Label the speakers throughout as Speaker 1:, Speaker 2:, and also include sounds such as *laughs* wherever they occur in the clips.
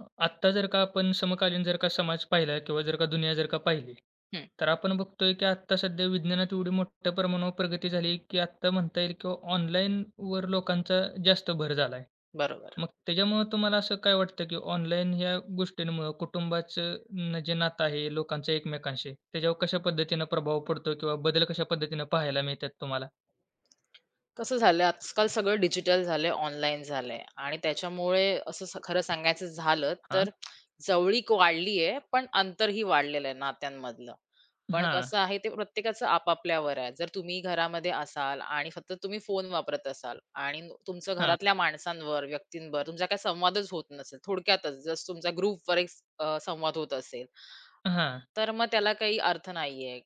Speaker 1: आत्ता जर का आपण समकालीन जर का समाज पाहिला किंवा जर का दुनिया जर का पाहिली,
Speaker 2: हं,
Speaker 1: तर आपण बघतोय की आत्ता सध्या विज्ञानात एवढी मोठ्या प्रमाणावर प्रगती झाली, की आत्ता म्हणता येईल किंवा ऑनलाईनवर लोकांचा जास्त भर झाला आहे.
Speaker 2: बरोबर.
Speaker 1: मग त्याच्यामुळं तुम्हाला असं काय वाटतं, की ऑनलाईन ह्या गोष्टींमुळं कुटुंबाचं जे नातं आहे लोकांचं एकमेकांशी, त्याच्यावर कशा पद्धतीनं प्रभाव पडतो किंवा बदल कशा पद्धतीनं पाहायला मिळतात तुम्हाला?
Speaker 2: कसं झालंय आजकाल सगळं डिजिटल झालंय, ऑनलाईन झालंय आणि त्याच्यामुळे असं खरं सांगायचं झालं
Speaker 1: हां.
Speaker 2: तर जवळीक वाढली आहे, पण अंतरही वाढलेलं आहे नात्यांमधलं. पण
Speaker 1: हां,
Speaker 2: कसं आहे ते प्रत्येकाचं आपापल्यावर आहे. जर तुम्ही घरामध्ये असाल आणि फक्त तुम्ही फोन वापरत असाल आणि तुमचं
Speaker 1: हां,
Speaker 2: घरातल्या माणसांवर, व्यक्तींवर तुमचा काही संवादच होत नसेल, थोडक्यातच जसं तुमचा ग्रुपवर एक संवाद होत असेल,
Speaker 1: हां.
Speaker 2: तर मग त्याला काही अर्थ नाहीये.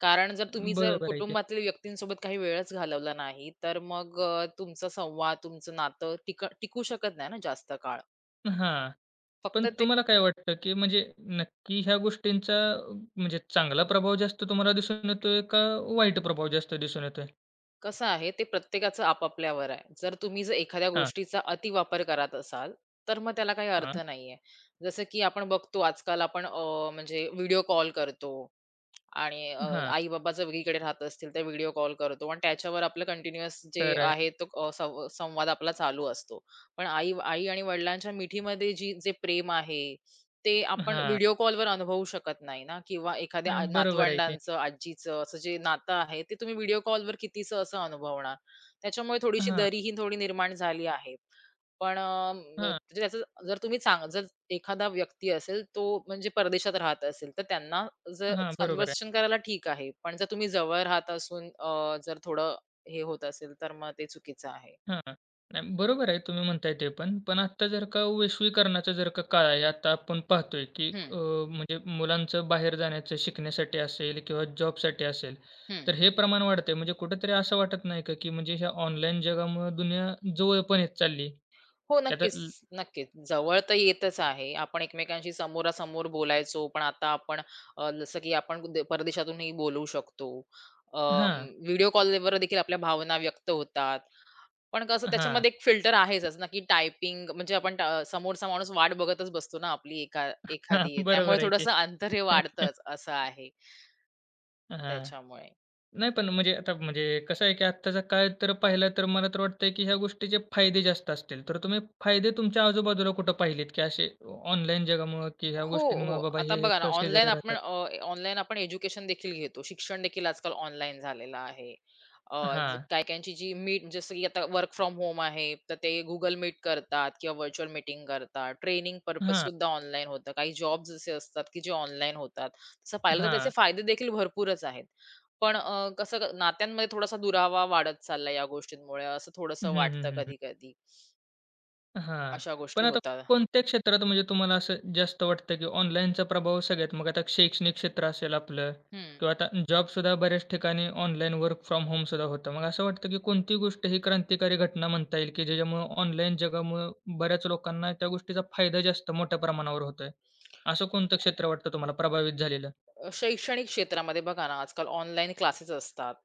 Speaker 2: कारण जर तुम्ही जर
Speaker 1: बरोबर आहे की.
Speaker 2: कुटुंबातील व्यक्तींसोबत काही वेळच घालवला नाही, तर मग तुमचा संवाद, तुमचं नातं टिकू शकत नाही ना जास्त काळ.
Speaker 1: हां.
Speaker 2: फक्त
Speaker 1: पण
Speaker 2: ते
Speaker 1: तुम्हाला काय वाटतं, की म्हणजे नक्की ह्या गोष्टींचा म्हणजे चांगला प्रभाव जास्त तुम्हाला दिसून येतोय का वाईट प्रभाव जास्त दिसून येतोय?
Speaker 2: कसं आहे, ते प्रत्येकाचं आपापल्यावर आहे. जर तुम्ही जर एखाद्या
Speaker 1: हां,
Speaker 2: गोष्टीचा अतिवापर करत असाल, तर मग त्याला काही अर्थ
Speaker 1: हां,
Speaker 2: नाहीये. जसं की आपण बघतो आजकाल आपण म्हणजे व्हिडिओ कॉल करतो आणि
Speaker 1: हां.
Speaker 2: आई-बाबा जर वेगळीकडे राहत असतील, तर व्हिडिओ कॉल करतो आणि त्याच्यावर आपलं कंटिन्यूअस जे
Speaker 1: खरं आहे.
Speaker 2: आहे तो अ, संव संवाद आपला चालू असतो. पण आई आई आणि वडिलांच्या मिठीमध्ये जे प्रेम आहे, ते आपण
Speaker 1: हां,
Speaker 2: व्हिडिओ कॉलवर अनुभवू शकत नाही ना किंवा एखाद्या
Speaker 1: बरोबर आहे ते.
Speaker 2: नातवंडांचं, आजीचं असं जे नातं आहे, ते तुम्ही व्हिडिओ कॉलवर कितीसं असं अनुभवणार. त्याच्यामुळे थोडीशी
Speaker 1: हां,
Speaker 2: दरी ही थोडी निर्माण झाली आहे. पण
Speaker 1: हां,
Speaker 2: म्हणजे त्याचं जर तुम्ही जर एखादा व्यक्ती असेल, तो म्हणजे परदेशात राहत असेल, तर त्यांना जर
Speaker 1: हां. बरोबर आहे.
Speaker 2: कन्व्हर्सेशन करायला ठीक आहे. पण जर तुम्ही जवळ राहत असून जर थोडं हे होत असेल, तर मग ते चुकीचं आहे.
Speaker 1: हां. नाही बरोबर आहे तुम्ही म्हणताय ते पण. पण आत्ता जर का वैश्वीकरणाचा जर का काळ आहे, आता आपण पाहतोय की
Speaker 2: हं,
Speaker 1: म्हणजे मुलांचं बाहेर जाण्याचं शिकण्यासाठी असेल किंवा जॉबसाठी असेल,
Speaker 2: हं.
Speaker 1: तर हे प्रमाण वाढतंय. म्हणजे कुठेतरी असं वाटत नाही का, की म्हणजे ह्या ऑनलाईन जगामुळे दुनिया जवळ पण येत चालली, की
Speaker 2: हो,
Speaker 1: आता
Speaker 2: नक्कीच, नक्कीच. जवळ तर येतच आहे. आपण एकमेकांशी समोरासमोर बोलायचो, पण आता आपण जसं की आपण परदेशातूनही बोलवू शकतो.
Speaker 1: हां,
Speaker 2: व्हिडिओ कॉलवर देखील आपल्या भावना व्यक्त होतात. पण कसं
Speaker 1: हां,
Speaker 2: त्याच्यामध्ये एक फिल्टर आहेच ना, की टायपिंग म्हणजे आपण समोरचा माणूस वाट बघतच बसतो ना आपली एका
Speaker 1: हां.
Speaker 2: एखादी. त्यामुळे
Speaker 1: बरोबर आहे की.
Speaker 2: थोडंसं अंतर हे
Speaker 1: *laughs*
Speaker 2: वाढतंच असं आहे
Speaker 1: हां.
Speaker 2: त्याच्यामुळे.
Speaker 1: नाही पण म्हणजे आता म्हणजे कसं आहे, की आत्ताचा काळ तर पाहिला तर मला तर वाटतंय, की ह्या गोष्टीचे फायदे जास्त असतील. तर तुम्ही फायदे तुमच्या आजूबाजूला कुठं पाहिलेत, की असे ऑनलाईन जगामुळं, की ह्या
Speaker 2: हो, हो.
Speaker 1: गोष्टींमुळं बाबा
Speaker 2: आता
Speaker 1: हे, हे
Speaker 2: बघा ना,
Speaker 1: तर
Speaker 2: ऑनलाईन
Speaker 1: शेजारी
Speaker 2: आपण
Speaker 1: राहतात.
Speaker 2: अ, ऑनलाईन आपण एज्युकेशन देखील घेतो. शिक्षण देखील आजकाल ऑनलाईन झालेलं आहे. अ,
Speaker 1: हां,
Speaker 2: काही-काहींची जी मीट जसं की आता वर्क फ्रॉम होम आहे, तर ते Google Meet करतात किंवा व्हर्चुअल मीटिंग करतात. ट्रेनिंग पर्पज
Speaker 1: हां,
Speaker 2: सुद्धा ऑनलाईन होतं. काही जॉब्स असे असतात, की जे ऑनलाईन होतात. तसं पाहिलं तर त्याचे
Speaker 1: हां.
Speaker 2: फायदे देखील भरपूरच आहेत. पण कसं नात्यांमध्ये थोडासा दुरावा वाढत चालला या गोष्टींमुळे, असं
Speaker 1: हं,
Speaker 2: थोडंसं वाटतं
Speaker 1: हं, हं.
Speaker 2: कधी-कधी.
Speaker 1: हां.
Speaker 2: अशा गोष्टी
Speaker 1: पण आता
Speaker 2: होतात.
Speaker 1: कोणत्या क्षेत्रात म्हणजे तुम्हाला असं जास्त वाटतं, की ऑनलाईनचा प्रभाव सगळ्यात? मग आता शैक्षणिक क्षेत्र असेल आपलं
Speaker 2: हं.
Speaker 1: किंवा आता जॉबसुद्धा बऱ्याच ठिकाणी ऑनलाईन वर्क फ्रॉम होमसुद्धा होतं. मग असं वाटतं, की कोणती गोष्ट ही क्रांतिकारी घटना म्हणता येईल, की ज्याच्यामुळं ऑनलाईन जगामुळं बऱ्याच लोकांना त्या गोष्टीचा फायदा जास्त मोठ्या प्रमाणावर होतोय? असं कोणतं क्षेत्र वाटतं तुम्हाला प्रभावित झालेलं?
Speaker 2: शैक्षणिक क्षेत्रामध्ये बघा ना, आजकाल ऑनलाईन क्लासेस असतात.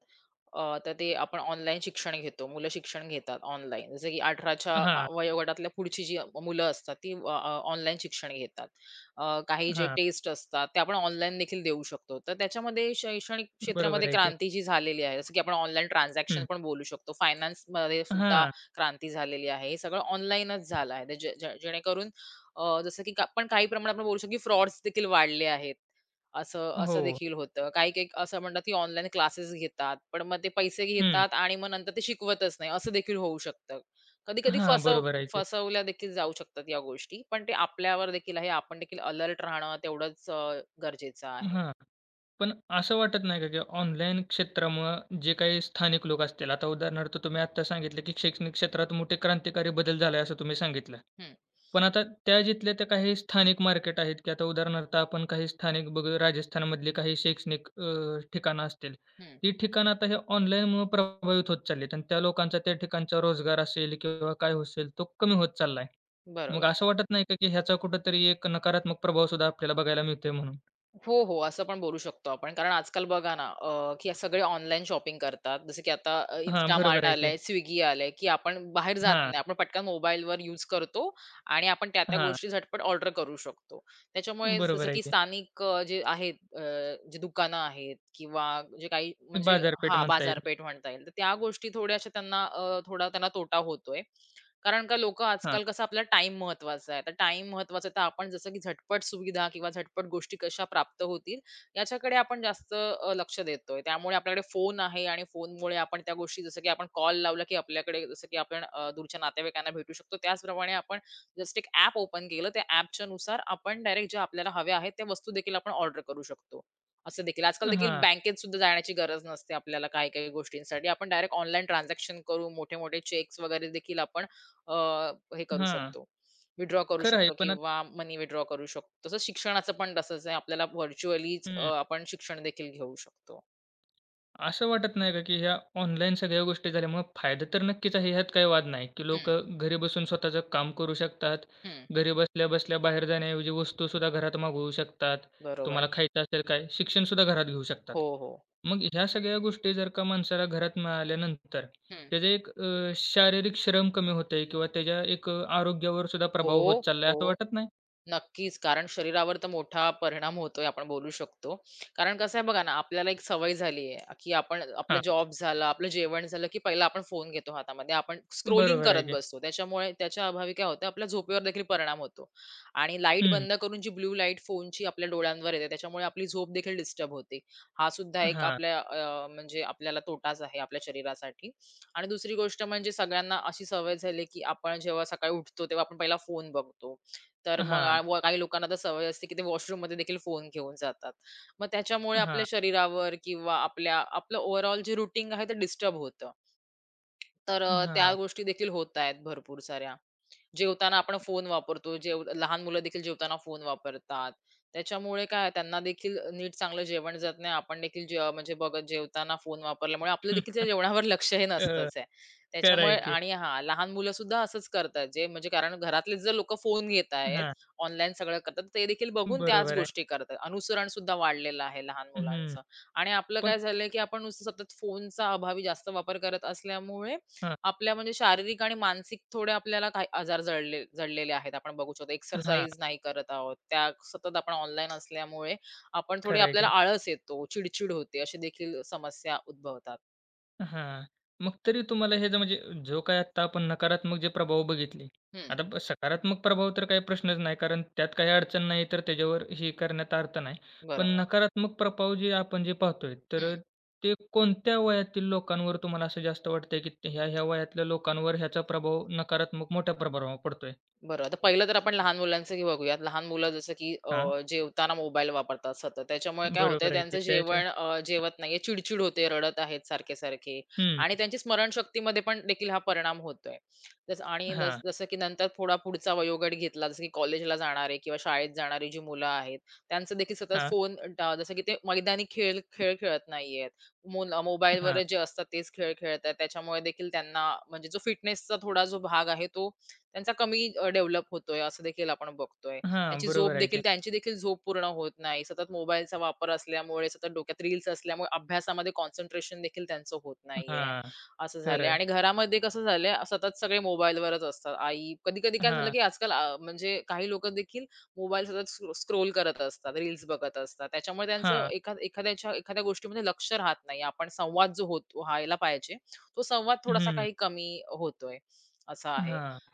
Speaker 2: तर ते आपण ऑनलाईन शिक्षण घेतो. मुलं शिक्षण घेतात ऑनलाईन. जसं की 18च्या
Speaker 1: हां,
Speaker 2: वयोगटातल्या पुढची जी मुलं असतात, ती अ, अ, ऑनलाईन शिक्षण घेतात. काही जे
Speaker 1: हां.
Speaker 2: टेस्ट असतात, ते आपण ऑनलाईन देखील देऊ शकतो. तर त्याच्यामध्ये शैक्षणिक
Speaker 1: बरोबर
Speaker 2: क्षेत्रामध्ये
Speaker 1: आहे की.
Speaker 2: क्रांती जी झालेली आहे, जसं की आपण ऑनलाईन ट्रान्झॅक्शन
Speaker 1: हं.
Speaker 2: पण बोलू शकतो. फायनान्समध्ये सुद्धा
Speaker 1: हां.
Speaker 2: क्रांती झालेली आहे. हे सगळं ऑनलाईनच झालं आहे. तर जे जे जेणेकरून जसं की आपण काही प्रमाणात आपण बोलू शकतो, की फ्रॉड्स देखील वाढले आहेत. असं असं
Speaker 1: हो.
Speaker 2: देखील होतं. काही-काही असं म्हणतात, की ऑनलाईन क्लासेस घेतात, पण मग ते पैसे
Speaker 1: हं.
Speaker 2: घेतात आणि मग नंतर ते शिकवतच नाही, असं देखील होऊ शकतं. कधी-कधी
Speaker 1: हां. बरोबर आहे की.
Speaker 2: फसवल्या देखील जाऊ शकतात या गोष्टी, पण ते आपल्यावर देखील आहे. आपण देखील अलर्ट राहणं तेवढंच गरजेचं आहे.
Speaker 1: हां. पण असं वाटत नाही का, की ऑनलाईन क्षेत्रामुळं जे काही स्थानिक लोक असतील, आता उदाहरणार्थ तुम्ही आत्ता सांगितलं, की शैक्षणिक क्षेत्रात मोठे क्रांतिकारी बदल झाला आहे असं तुम्ही सांगितलं.
Speaker 2: हं,
Speaker 1: पण आता त्या जिथल्या त्या काही स्थानिक मार्केट आहेत, की आता उदाहरणार्थ आपण काही स्थानिक राजस्थानमधली काही शैक्षणिक ठिकाणं असतील.
Speaker 2: हं.
Speaker 1: ती ठिकाणं आता हे ऑनलाईनमुळं प्रभावित होत चाललीत आणि त्या लोकांचा त्या ठिकाणचा रोजगार असेल किंवा काय असेल तो कमी होत चालला मग
Speaker 2: बरोबर.
Speaker 1: असं वाटत नाही का, की ह्याचा कुठेतरी एक नकारात्मक प्रभाव सुद्धा आपल्याला बघायला मिळतोय म्हणून?
Speaker 2: हो, हो. असं पण बोलू शकतो आपण. कारण आजकाल बघा ना, की सगळे ऑनलाईन शॉपिंग करतात. जसं की आता
Speaker 1: हां, बरोबर
Speaker 2: Instamart
Speaker 1: आहे
Speaker 2: आलंय,
Speaker 1: की.
Speaker 2: Swiggy आलंय, की आपण बाहेर जात
Speaker 1: हां.
Speaker 2: नाही. आपण पटकन मोबाईलवर यूज करतो आणि आपण त्या-त्या
Speaker 1: हां,
Speaker 2: गोष्टी झटपट ऑर्डर करू शकतो. त्याच्यामुळे जसं
Speaker 1: बरोबर आहे
Speaker 2: की
Speaker 1: की.
Speaker 2: स्थानिक जे आहेत जे दुकानं आहेत किंवा जे काही म्हणजे
Speaker 1: बाजारपेठ
Speaker 2: हां,
Speaker 1: म्हणता येईल.
Speaker 2: बाजारपेठ म्हणता येईल. तर त्या गोष्टी थोड्याशा त्यांना थोडा त्यांना तोटा होतोय. कारण का लोकं
Speaker 1: हां,
Speaker 2: आजकाल कसं आपला टाइम महत्वाचा आहे. तर टाईम महत्वाचा आहे, तर आपण जसं की झटपट सुविधा किंवा झटपट गोष्टी कशा प्राप्त होतील याच्याकडे आपण जास्त लक्ष देतोय. त्यामुळे आपल्याकडे फोन आहे आणि फोनमुळे आपण त्या गोष्टी जसं की आपण कॉल लावला की आपल्याकडे जसं की आपण दूरच्या नातेवाईकांना भेटू शकतो. त्याचप्रमाणे आपण जस्ट एक ॲप ओपन केलं, त्या ॲपच्या नुसार आपण डायरेक्ट ज्या आपल्याला हव्या आहेत त्या वस्तू देखील आपण ऑर्डर करू शकतो. असं देखील आजकाल देखील
Speaker 1: हां,
Speaker 2: बँकेत सुद्धा जाण्याची गरज नसते आपल्याला काही-काही गोष्टींसाठी. आपण डायरेक्ट ऑनलाईन ट्रान्झॅक्शन करू, मोठे-मोठे चेक्स वगैरे देखील आपण अ, हे करू
Speaker 1: हां.
Speaker 2: शकतो, विथड्रॉ करू
Speaker 1: खरं आहे.
Speaker 2: शकतो
Speaker 1: पण
Speaker 2: किंवा मनी विथड्रॉ करू शकतो. तसंच शिक्षणाचं पण तसंच आहे. आपल्याला व्हर्चुअलीच
Speaker 1: हं,
Speaker 2: आपण शिक्षण देखील घेऊ शकतो.
Speaker 1: असं वाटत नाही का, की ह्या ऑनलाईन सगळ्या गोष्टी झाल्यामुळे फायदा तर नक्कीच आहे, ह्यात काही वाद नाही, की
Speaker 2: हं,
Speaker 1: लोकं घरी बसून स्वतःचं काम करू शकतात.
Speaker 2: हं.
Speaker 1: घरी बसल्या-बसल्या बाहेर जाण्याऐवजी वस्तूसुद्धा घरात मागवू शकतात.
Speaker 2: बरोबर.
Speaker 1: तुम्हाला खायचं असेल काय, शिक्षणसुद्धा घरात घेऊ शकतात.
Speaker 2: हो, हो.
Speaker 1: मग ह्या सगळ्या गोष्टी जर का माणसाला घरात मिळाल्यानंतर
Speaker 2: हं.
Speaker 1: त्याचे एक शारीरिक श्रम कमी होतंय किंवा त्याच्या एक आरोग्यावर सुद्धा प्रभाव
Speaker 2: हो,
Speaker 1: होत चाललाय असं
Speaker 2: हो.
Speaker 1: वाटत नाही?
Speaker 2: नक्कीच. कारण शरीरावर तर मोठा परिणाम होतोय आपण बोलू शकतो. कारण कसं आहे बघा ना, आपल्याला एक सवय झाली आहे, की आपण आपला
Speaker 1: हां.
Speaker 2: जॉब झाला, आपलं जेवण झालं, की पहिला आपण फोन घेतो हातामध्ये. आपण स्क्रोलिंग
Speaker 1: बरोबर आहे
Speaker 2: करत
Speaker 1: की.
Speaker 2: बसतो. त्याच्यामुळे त्याच्या अभावी काय होतं, आपल्या झोपेवर देखील परिणाम होतो. आणि लाईट
Speaker 1: हं.
Speaker 2: बंद करून जी ब्लू लाईट फोनची आपल्या डोळ्यांवर येते, त्याच्यामुळे आपली झोप देखील डिस्टर्ब होते. हा सुद्धा एक
Speaker 1: हां,
Speaker 2: आपल्या म्हणजे आपल्याला तोटाच आहे आपल्या शरीरासाठी. आणि दुसरी गोष्ट म्हणजे सगळ्यांना अशी सवय झाली, की आपण जेव्हा सकाळी उठतो, तेव्हा आपण पहिला फोन बघतो. तर मग
Speaker 1: हां,
Speaker 2: व काही लोकांना तर सवय असते, की ते वॉशरूममध्ये देखील फोन घेऊन जातात. मग त्याच्यामुळे आपल्या
Speaker 1: हां,
Speaker 2: शरीरावर किंवा आपलं ओव्हरऑल जे रूटीन आहे ते डिस्टर्ब होतं. तर त्या
Speaker 1: हां.
Speaker 2: गोष्टी देखील होत आहेत भरपूर साऱ्या. जेवताना आपण फोन वापरतो. लहान मुलं देखील जेवताना फोन वापरतात. त्याच्यामुळे काय त्यांना देखील नीट चांगलं जेवण जात नाही. आपण देखील जे म्हणजे बघा जेवताना फोन वापरल्यामुळे आपलं देखील त्या
Speaker 1: *laughs*
Speaker 2: जेवणावर लक्ष हे
Speaker 1: अ,
Speaker 2: नसतंच आहे.
Speaker 1: खरं
Speaker 2: त्याच्यामुळे
Speaker 1: आहे की.
Speaker 2: आणि हां, लहान मुलंसुद्धा असंच करतात. जे म्हणजे कारण घरातले जर लोकं फोन घेत आहेत,
Speaker 1: हां,
Speaker 2: ऑनलाईन सगळं करतात, ते देखील बघून त्याच
Speaker 1: बरोबर आहे.
Speaker 2: गोष्टी करतात. अनुसरणसुद्धा वाढलेलं आहे लहान
Speaker 1: हं.
Speaker 2: मुलांचं आणि आपलं काय
Speaker 1: पण
Speaker 2: झालंय, की आपण नुसतं सतत फोनचा अभावी जास्त वापर करत असल्यामुळे
Speaker 1: हां,
Speaker 2: आपल्या म्हणजे शारीरिक आणि मानसिक थोडे आपल्याला काही आजार जडलेले आहेत. आपण बघू शकतो
Speaker 1: हां.
Speaker 2: एक्सरसाइज नाही करत आहोत. त्या सतत आपण ऑनलाईन असल्यामुळे आपण थोडी
Speaker 1: खरं आहे
Speaker 2: आपल्याला
Speaker 1: की.
Speaker 2: आळस येतो, चिडचिड होते, अशी देखील समस्या उद्भवतात.
Speaker 1: हां. मग तरी तुम्हाला हे जे म्हणजे जो काही आत्ता आपण नकारात्मक जे प्रभाव बघितले.
Speaker 2: हं,
Speaker 1: आता सकारात्मक प्रभाव तर काही प्रश्नच नाही कारण त्यात काही अडचण नाही तर त्याच्यावर हे करण्यात अर्थ नाही. पण
Speaker 2: बरोबर.
Speaker 1: नकारात्मक प्रभाव जे आपण जे पाहतोय तर
Speaker 2: हं.
Speaker 1: ते कोणत्या वयातील लोकांवर तुम्हाला असं जास्त वाटतंय, की ह्या-ह्या वयातल्या लोकांवर ह्याचा प्रभाव नकारात्मक मोठ्या प्रभावावर पडतोय?
Speaker 2: बरं, आता पहिलं तर आपण लहान मुलांचं की बघूयात. लहान मुलं जसं की
Speaker 1: हां,
Speaker 2: जेवताना मोबाईल वापरतात सतत. त्याच्यामुळे काय होतंय
Speaker 1: बरोबर आहे की
Speaker 2: त्यांचं
Speaker 1: त्याशिवाय
Speaker 2: जेवण जेवत नाहीये, चिड-चिड होते, रडत आहेत सारखे-सारखे
Speaker 1: हं.
Speaker 2: आणि त्यांची स्मरणशक्तीमध्ये पण देखील हा परिणाम होतोय. जसं आणि
Speaker 1: हां,
Speaker 2: जसं की नंतर थोडा पुढचा वयोगट घेतला, जसं की कॉलेजला जाणारे किंवा शाळेत जाणारी जी मुलं आहेत, त्यांचं देखील सतत
Speaker 1: हां,
Speaker 2: फोन जसं की ते मैदानी खेळ खेळ खेळत नाहीयेत. मोबाईलवर
Speaker 1: हां,
Speaker 2: जे असतात तेच खेळ खेळत आहेत. त्याच्यामुळे देखील त्यांना म्हणजे जो फिटनेसचा थोडा जो भाग आहे तो त्यांचा कमी डेव्हलप होतोय असं देखील आपण बघतोय.
Speaker 1: हां.
Speaker 2: त्यांची झोप
Speaker 1: बरोबर आहे की.
Speaker 2: देखील त्यांची देखील झोप पूर्ण होत नाही. सतत मोबाईलचा वापर असल्यामुळे, सतत डोक्यात रील्स असल्यामुळे अभ्यासामध्ये कॉन्सन्ट्रेशन देखील त्यांचं होत नाहीये,
Speaker 1: हां,
Speaker 2: असं झालंय.
Speaker 1: खरं आहे.
Speaker 2: आणि घरामध्ये कसं झालंय सतत सगळे मोबाईलवरच असतात. आई कधी-कधी काय झालं,
Speaker 1: हां,
Speaker 2: की आजकाल म्हणजे काही लोकं देखील मोबाईल सतत स्क्रोल करत असतात, रील्स बघत असतात. त्याच्यामुळे त्यांचं
Speaker 1: हां.
Speaker 2: एखाद्याच्या एखाद्या गोष्टीमध्ये लक्ष राहत नाही. आपण संवाद जो व्हायला पाहिजे, तो संवाद थोडासा
Speaker 1: हं.
Speaker 2: काही कमी होतोय, असा आहे.
Speaker 1: हां.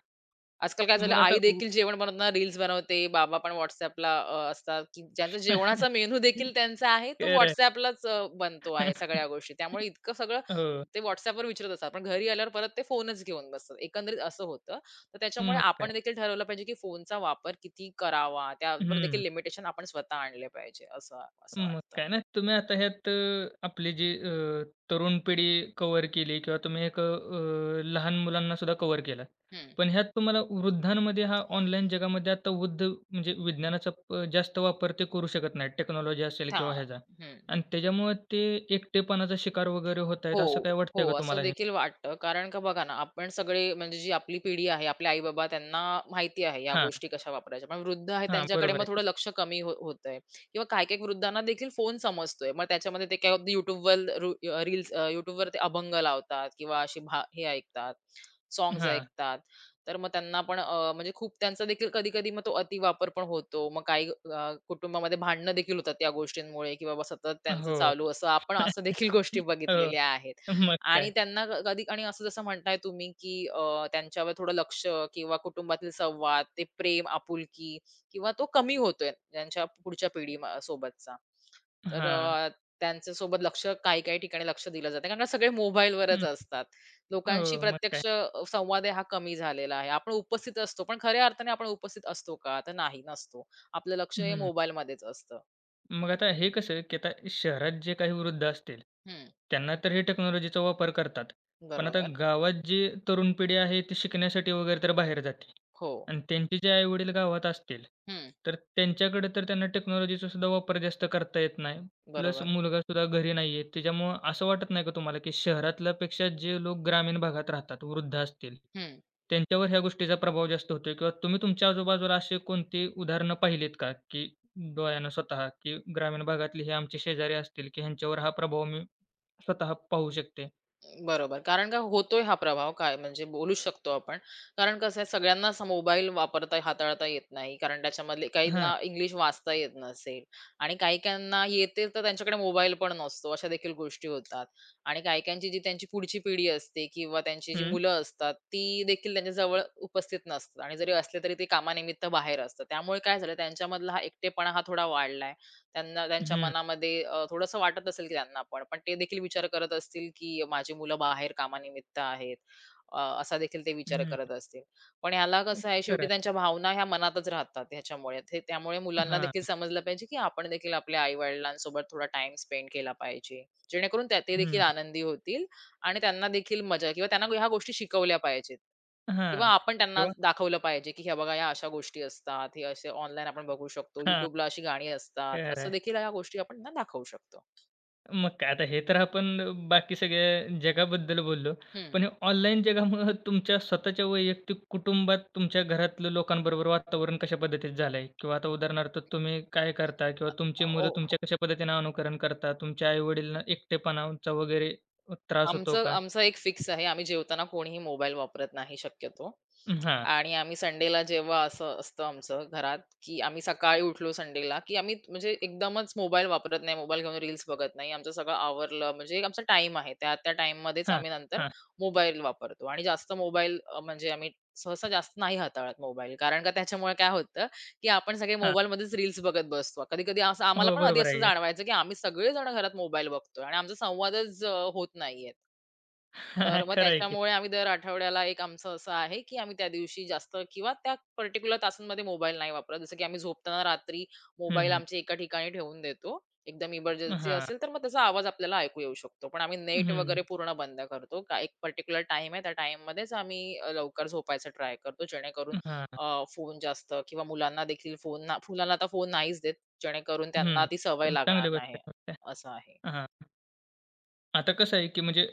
Speaker 2: आजकाल काय झालं,
Speaker 1: मग
Speaker 2: आई
Speaker 1: आता
Speaker 2: देखील जेवण बनवताना रील्स बनवते, बाबा पण WhatsAppला असतात, की ज्यांचा जेवणाचा
Speaker 1: *laughs*
Speaker 2: मेनू देखील त्यांचा आहे, तो
Speaker 1: खरं
Speaker 2: WhatsAppलाच बनतो आहे सगळ्या
Speaker 1: *laughs*
Speaker 2: गोष्टी. त्यामुळे इतकं सगळं
Speaker 1: हो,
Speaker 2: ते WhatsAppवर विचारत असतात. पण घरी आल्यावर परत ते फोनच घेऊन बसतात. एकंदरीत असं होतं. तर त्याच्यामुळे
Speaker 1: मग काय.
Speaker 2: आपण देखील ठरवलं पाहिजे, की फोनचा वापर किती करावा, त्यावर देखील
Speaker 1: हं.
Speaker 2: लिमिटेशन आपण स्वतः आणले पाहिजे, असं असं
Speaker 1: मग
Speaker 2: वाटतं.
Speaker 1: काय ना तुम्ही आता ह्यात आपली जी तरुण पिढी कव्हर केली किंवा तुम्ही एक लहान मुलांना सुद्धा कव्हर केलं.
Speaker 2: हं.
Speaker 1: पण ह्यात तुम्हाला वृद्धांमध्ये हा ऑनलाईन जगामध्ये आता वृद्ध म्हणजे विज्ञानाचा जास्त वापर ते करू शकत नाहीत. टेक्नॉलॉजी असेल किंवा
Speaker 2: हां.
Speaker 1: ह्याचा
Speaker 2: हं.
Speaker 1: आणि त्याच्यामुळे ते एकटेपणाचा शिकार वगैरे होत आहेत
Speaker 2: हो,
Speaker 1: असं काय
Speaker 2: हो.
Speaker 1: वाटतंय का
Speaker 2: असं
Speaker 1: तुम्हाला हे?
Speaker 2: देखील वाटतं. कारण का बघा ना, आपण सगळे म्हणजे जी आपली पिढी आहे, आपले आई-बाबा त्यांना माहिती आहे या
Speaker 1: हां,
Speaker 2: गोष्टी कशा वापरायच्या. पण वृद्ध आहे
Speaker 1: हां.
Speaker 2: त्यांच्याकडे
Speaker 1: बरोबर
Speaker 2: मग
Speaker 1: आहे की.
Speaker 2: थोडं लक्ष कमी होतंय किंवा काही-काही वृद्धांना देखील फोन समजतोय. मग त्याच्यामध्ये ते काय YouTubeवर रील्स ते अभंग लावतात किंवा अशी हे ऐकतात, सॉन्ग्स
Speaker 1: हां.
Speaker 2: ऐकतात. तर मग त्यांना पण म्हणजे खूप त्यांचा देखील कधी-कधी मग तो अतिवापर पण होतो. मग काही कुटुंबामध्ये भांडणं देखील होतात त्या गोष्टींमुळे, की बाबा सतत त्यांचं
Speaker 1: हो.
Speaker 2: चालू असं आपण असं देखील *laughs* गोष्टी
Speaker 1: *laughs* हो.
Speaker 2: बघितलेल्या आहेत.
Speaker 1: मग
Speaker 2: आणि
Speaker 1: काय.
Speaker 2: त्यांना कधी आणि असं जसं म्हणताय तुम्ही, की त्यांच्यावर थोडं लक्ष किंवा कुटुंबातील संवाद, ते प्रेम, आपुलकी किंवा तो कमी होतोय त्यांच्या पुढच्या पिढी सोबतचा. तर
Speaker 1: हां.
Speaker 2: त्यांच्यासोबत लक्ष काही-काही ठिकाणी लक्ष दिलं जातं. कारण का सगळे मोबाईलवरच
Speaker 1: हं.
Speaker 2: असतात. लोकांशी
Speaker 1: हो, मग काय.
Speaker 2: प्रत्यक्ष संवाद आहे हा कमी झालेला आहे. आपण उपस्थित असतो, पण खऱ्या अर्थाने आपण उपस्थित असतो का? तर नाही, नसतो. आपलं लक्ष हे
Speaker 1: हं.
Speaker 2: मोबाईलमध्येच असतं.
Speaker 1: मग आता हे कसं आहे, की आता शहरात जे काही वृद्ध असतील,
Speaker 2: हं,
Speaker 1: त्यांना तर हे टेक्नॉलॉजीचा वापर करतात. पण आता
Speaker 2: बरोबर.
Speaker 1: गावात जी तरुण पिढी आहे, ती शिकण्यासाठी वगैरे तर बाहेर जाते
Speaker 2: हो.
Speaker 1: आणि त्यांचे जे आई-वडील गावात असतील,
Speaker 2: हं,
Speaker 1: तर त्यांच्याकडे तर त्यांना टेक्नॉलॉजीचा सुद्धा वापर जास्त करता येत नाही. प्लस
Speaker 2: बरोबर.
Speaker 1: मुलगासुद्धा घरी नाही आहे. त्याच्यामुळं असं वाटत नाही का तुम्हाला, की शहरातल्यापेक्षा जे लोक ग्रामीण भागात राहतात, वृद्ध असतील,
Speaker 2: हं.
Speaker 1: त्यांच्यावर ह्या गोष्टीचा प्रभाव जास्त होतोय किंवा तुम्ही तुमच्या आजूबाजूला असे कोणती उदाहरणं पाहिलीत का, की डोळ्यानं स्वतः, की ग्रामीण भागातले हे आमचे शेजारी असतील, की ह्यांच्यावर हा प्रभाव मी स्वतः पाहू शकते.
Speaker 2: बरोबर. कारण काय होतोय हा प्रभाव काय म्हणजे बोलू शकतो आपण. कारण कसं आहे सगळ्यांनाच मोबाईल वापरता हाताळता येत नाही. कारण त्याच्यामधले
Speaker 1: हां.
Speaker 2: काहींना इंग्लिश वाचता येत नसेल आणि काही-काहींना येते तर त्यांच्याकडे मोबाईल पण नसतो. अशा देखील गोष्टी होतात आणि काही-काहींची जी त्यांची पुढची पिढी असते किंवा त्यांची जी
Speaker 1: हं,
Speaker 2: मुलं असतात, ती देखील त्यांच्याजवळ उपस्थित नसतात आणि जरी असले तरी ते कामानिमित्त बाहेर असतात. त्यामुळे काय झालं त्यांच्यामधला हा एकटेपणा हा थोडा वाढलाय. त्यांना त्यांच्या
Speaker 1: हं,
Speaker 2: मनामध्ये थोडंसं वाटत असेल की त्यांना पण ते देखील विचार करत असतील की माझी मुलं बाहेर कामानिमित्त आहेत. असा देखील ते विचार
Speaker 1: हं.
Speaker 2: करत असतील. पण ह्याला कसं आहे
Speaker 1: खरं
Speaker 2: शेवटी
Speaker 1: आहे.
Speaker 2: त्यांच्या भावना ह्या मनातच राहतात ह्याच्यामुळे. ते त्यामुळे मुलांना
Speaker 1: हां.
Speaker 2: देखील समजलं पाहिजे की आपण देखील आपल्या आई-वडिलांसोबत थोडा टाईम स्पेंड केला पाहिजे. जेणेकरून ते देखील
Speaker 1: हं.
Speaker 2: आनंदी होतील आणि त्यांना देखील मजा किंवा त्यांना ह्या गोष्टी शिकवल्या पाहिजेत. किंवा
Speaker 1: हां.
Speaker 2: आपण त्यांना
Speaker 1: किंवा
Speaker 2: दाखवलं पाहिजे, की हे बघा या अशा गोष्टी असतात. हे असे ऑनलाईन आपण बघू शकतो.
Speaker 1: हां.
Speaker 2: YouTubeला अशी गाणी असतात.
Speaker 1: खरं
Speaker 2: असं
Speaker 1: आहे.
Speaker 2: देखील ह्या गोष्टी आपण त्यांना दाखवू शकतो.
Speaker 1: मग काय आता हे तर आपण बाकी सगळ्या जगाबद्दल बोललो.
Speaker 2: हं.
Speaker 1: पण हे ऑनलाईन जगामुळं तुमच्या स्वतःच्या वैयक्तिक कुटुंबात तुमच्या घरातल्या लोकांबरोबर वातावरण कशा पद्धतीचं झालंय? किंवा आता उदाहरणार्थ तुम्ही काय करता किंवा तुमची
Speaker 2: ओ
Speaker 1: मुलं तुमच्या कशा पद्धतीने अनुकरण करतात? तुमच्या आई-वडिलांना एकटेपणाचा वगैरे त्रास होतो
Speaker 2: आमचं
Speaker 1: का?
Speaker 2: आमचं एक फिक्स आहे. आम्ही जेवताना कोणीही मोबाईल वापरत नाही शक्यतो.
Speaker 1: हां,
Speaker 2: आणि आम्ही संडेला जेव्हा असं असतं आमचं घरात, की आम्ही सकाळी उठलो संडेला, की आम्ही म्हणजे एकदमच मोबाईल वापरत नाही, मोबाईल घेऊन रील्स बघत नाही. आमचं सगळं आवरलं म्हणजे एक आमचा टाईम आहे. त्या त्या टाईममध्येच
Speaker 1: हां,
Speaker 2: आम्ही नंतर
Speaker 1: हां,
Speaker 2: मोबाईल वापरतो आणि जास्त मोबाईल म्हणजे आम्ही सहसा जास्त नाही हाताळत मोबाईल. कारण का त्याच्यामुळे काय होतं, की आपण सगळे
Speaker 1: हां.
Speaker 2: मोबाईलमध्येच रील्स बघत बसतो. कधी-कधी असं आम्हाला
Speaker 1: हो,
Speaker 2: पण आधी
Speaker 1: बरोबर
Speaker 2: असं
Speaker 1: आहे की.
Speaker 2: जाणवायचं, की आम्ही सगळेजण घरात मोबाईल बघतोय आणि आमचा संवादच होत नाहीये. तर
Speaker 1: *laughs*
Speaker 2: मग
Speaker 1: खरं आहे की.
Speaker 2: त्याच्यामुळे आम्ही दर आठवड्याला एक आमचं असं आहे, की आम्ही त्या दिवशी जास्त किंवा त्या पर्टिक्युलर तासांमध्ये मोबाईल नाही वापरत. जसं की आम्ही झोपताना रात्री
Speaker 1: हं,
Speaker 2: मोबाईल
Speaker 1: हं.
Speaker 2: आमच्या एका ठिकाणी ठेवून देतो. एकदम इमर्जन्सी
Speaker 1: हां.
Speaker 2: असेल, तर मग त्याचा आवाज आपल्याला ऐकू येऊ शकतो. पण आम्ही नेट
Speaker 1: हं,
Speaker 2: वगैरे पूर्ण बंद करतो. का एक पर्टिक्युलर टाईम आहे, त्या टाईममध्येच आम्ही लवकर झोपायचा ट्राय करतो, जेणेकरून
Speaker 1: हां.
Speaker 2: फोन जास्त किंवा मुलांना देखील फोन ना मुलांना आता फोन नाहीच देत, जेणेकरून त्यांना
Speaker 1: हं.
Speaker 2: ती सवय लागणार
Speaker 1: चांगली
Speaker 2: नाही,
Speaker 1: गोष्ट आहे.
Speaker 2: असं आहे.
Speaker 1: हां. आता कसं आहे की म्हणजे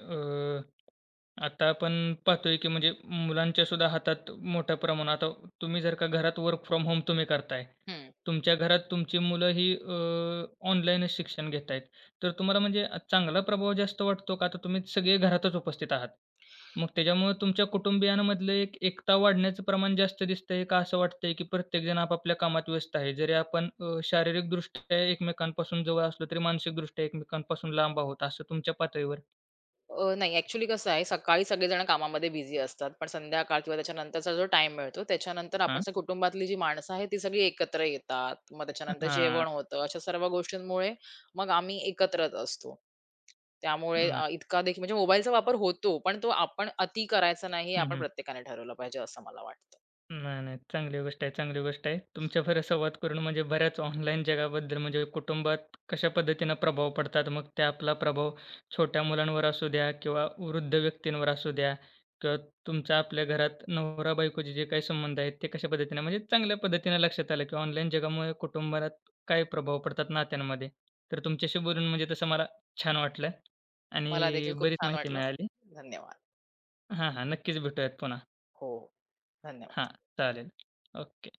Speaker 1: आता आपण पाहतोय, की म्हणजे मुलांच्या सुद्धा हातात मोठ्या प्रमाणात आता तुम्ही जर का घरात वर्क फ्रॉम होम तुम्ही करताय.
Speaker 2: हं.
Speaker 1: तुमच्या घरात तुमची मुलं ही ऑनलाईनच शिक्षण घेत आहेत. तर तुम्हाला म्हणजे चांगला प्रभाव जास्त वाटतो का? आता तुम्ही सगळे घरातच उपस्थित आहात. मग त्याच्यामुळे तुमच्या कुटुंबियांमधलं एक एकता वाढण्याचं प्रमाण जास्त दिसतंय का असं वाटतंय, की प्रत्येकजण आपापल्या कामात व्यस्त आहे? जरी आपण शारीरिकदृष्ट्या एकमेकांपासून जवळ असलो, तरी मानसिकदृष्ट्या एकमेकांपासून लांब आहोत असं तुमच्या पातळीवर?
Speaker 2: नाही ॲक्चुअली कसं आहे, सकाळी सगळेजण कामामध्ये बिझी असतात, पण संध्याकाळ किंवा त्याच्यानंतरचा जो टाईम मिळतो, त्याच्यानंतर आपण
Speaker 1: हां.
Speaker 2: कुटुंबातली जी माणसं आहेत, ती सगळी एकत्र येतात. मग त्याच्यानंतर
Speaker 1: हां.
Speaker 2: जेवण होतं. अशा सर्व गोष्टींमुळे मग आम्ही एकत्रच असतो. त्यामुळे इतका देखील म्हणजे मोबाईलचा वापर होतो, पण तो आपण अति करायचा नाही, हे
Speaker 1: हं,
Speaker 2: आपण
Speaker 1: हं.
Speaker 2: प्रत्येकाने ठरवलं पाहिजे, असं मला वाटतं.
Speaker 1: नाही, नाही. चांगली गोष्ट आहे, चांगली गोष्ट आहे. तुमच्याबरोबर संवाद करून म्हणजे बऱ्याच ऑनलाईन जगाबद्दल म्हणजे कुटुंबात कशा पद्धतीनं प्रभाव पडतात, मग ते आपला प्रभाव छोट्या मुलांवर असू द्या किंवा वृद्ध व्यक्तींवर असू द्या किंवा तुमच्या आपल्या घरात नवरा-बायकोचे जे काही संबंध आहेत, ते कशा पद्धतीने म्हणजे चांगल्या पद्धतीने लक्षात आलं की ऑनलाईन जगामुळे कुटुंबात काय प्रभाव पडतात नात्यांमध्ये. तर तुमच्याशी बोलून म्हणजे तसं मला छान वाटलं
Speaker 2: मला देखील
Speaker 1: आणि
Speaker 2: खूप
Speaker 1: बरीच
Speaker 2: छान
Speaker 1: माहिती
Speaker 2: वाटलं.
Speaker 1: मिळाली.
Speaker 2: धन्यवाद.
Speaker 1: हां, हां. नक्कीच भेटूयात पुन्हा.
Speaker 2: हो,
Speaker 1: हां,
Speaker 2: धन्यवाद.
Speaker 1: चालेल. ओके.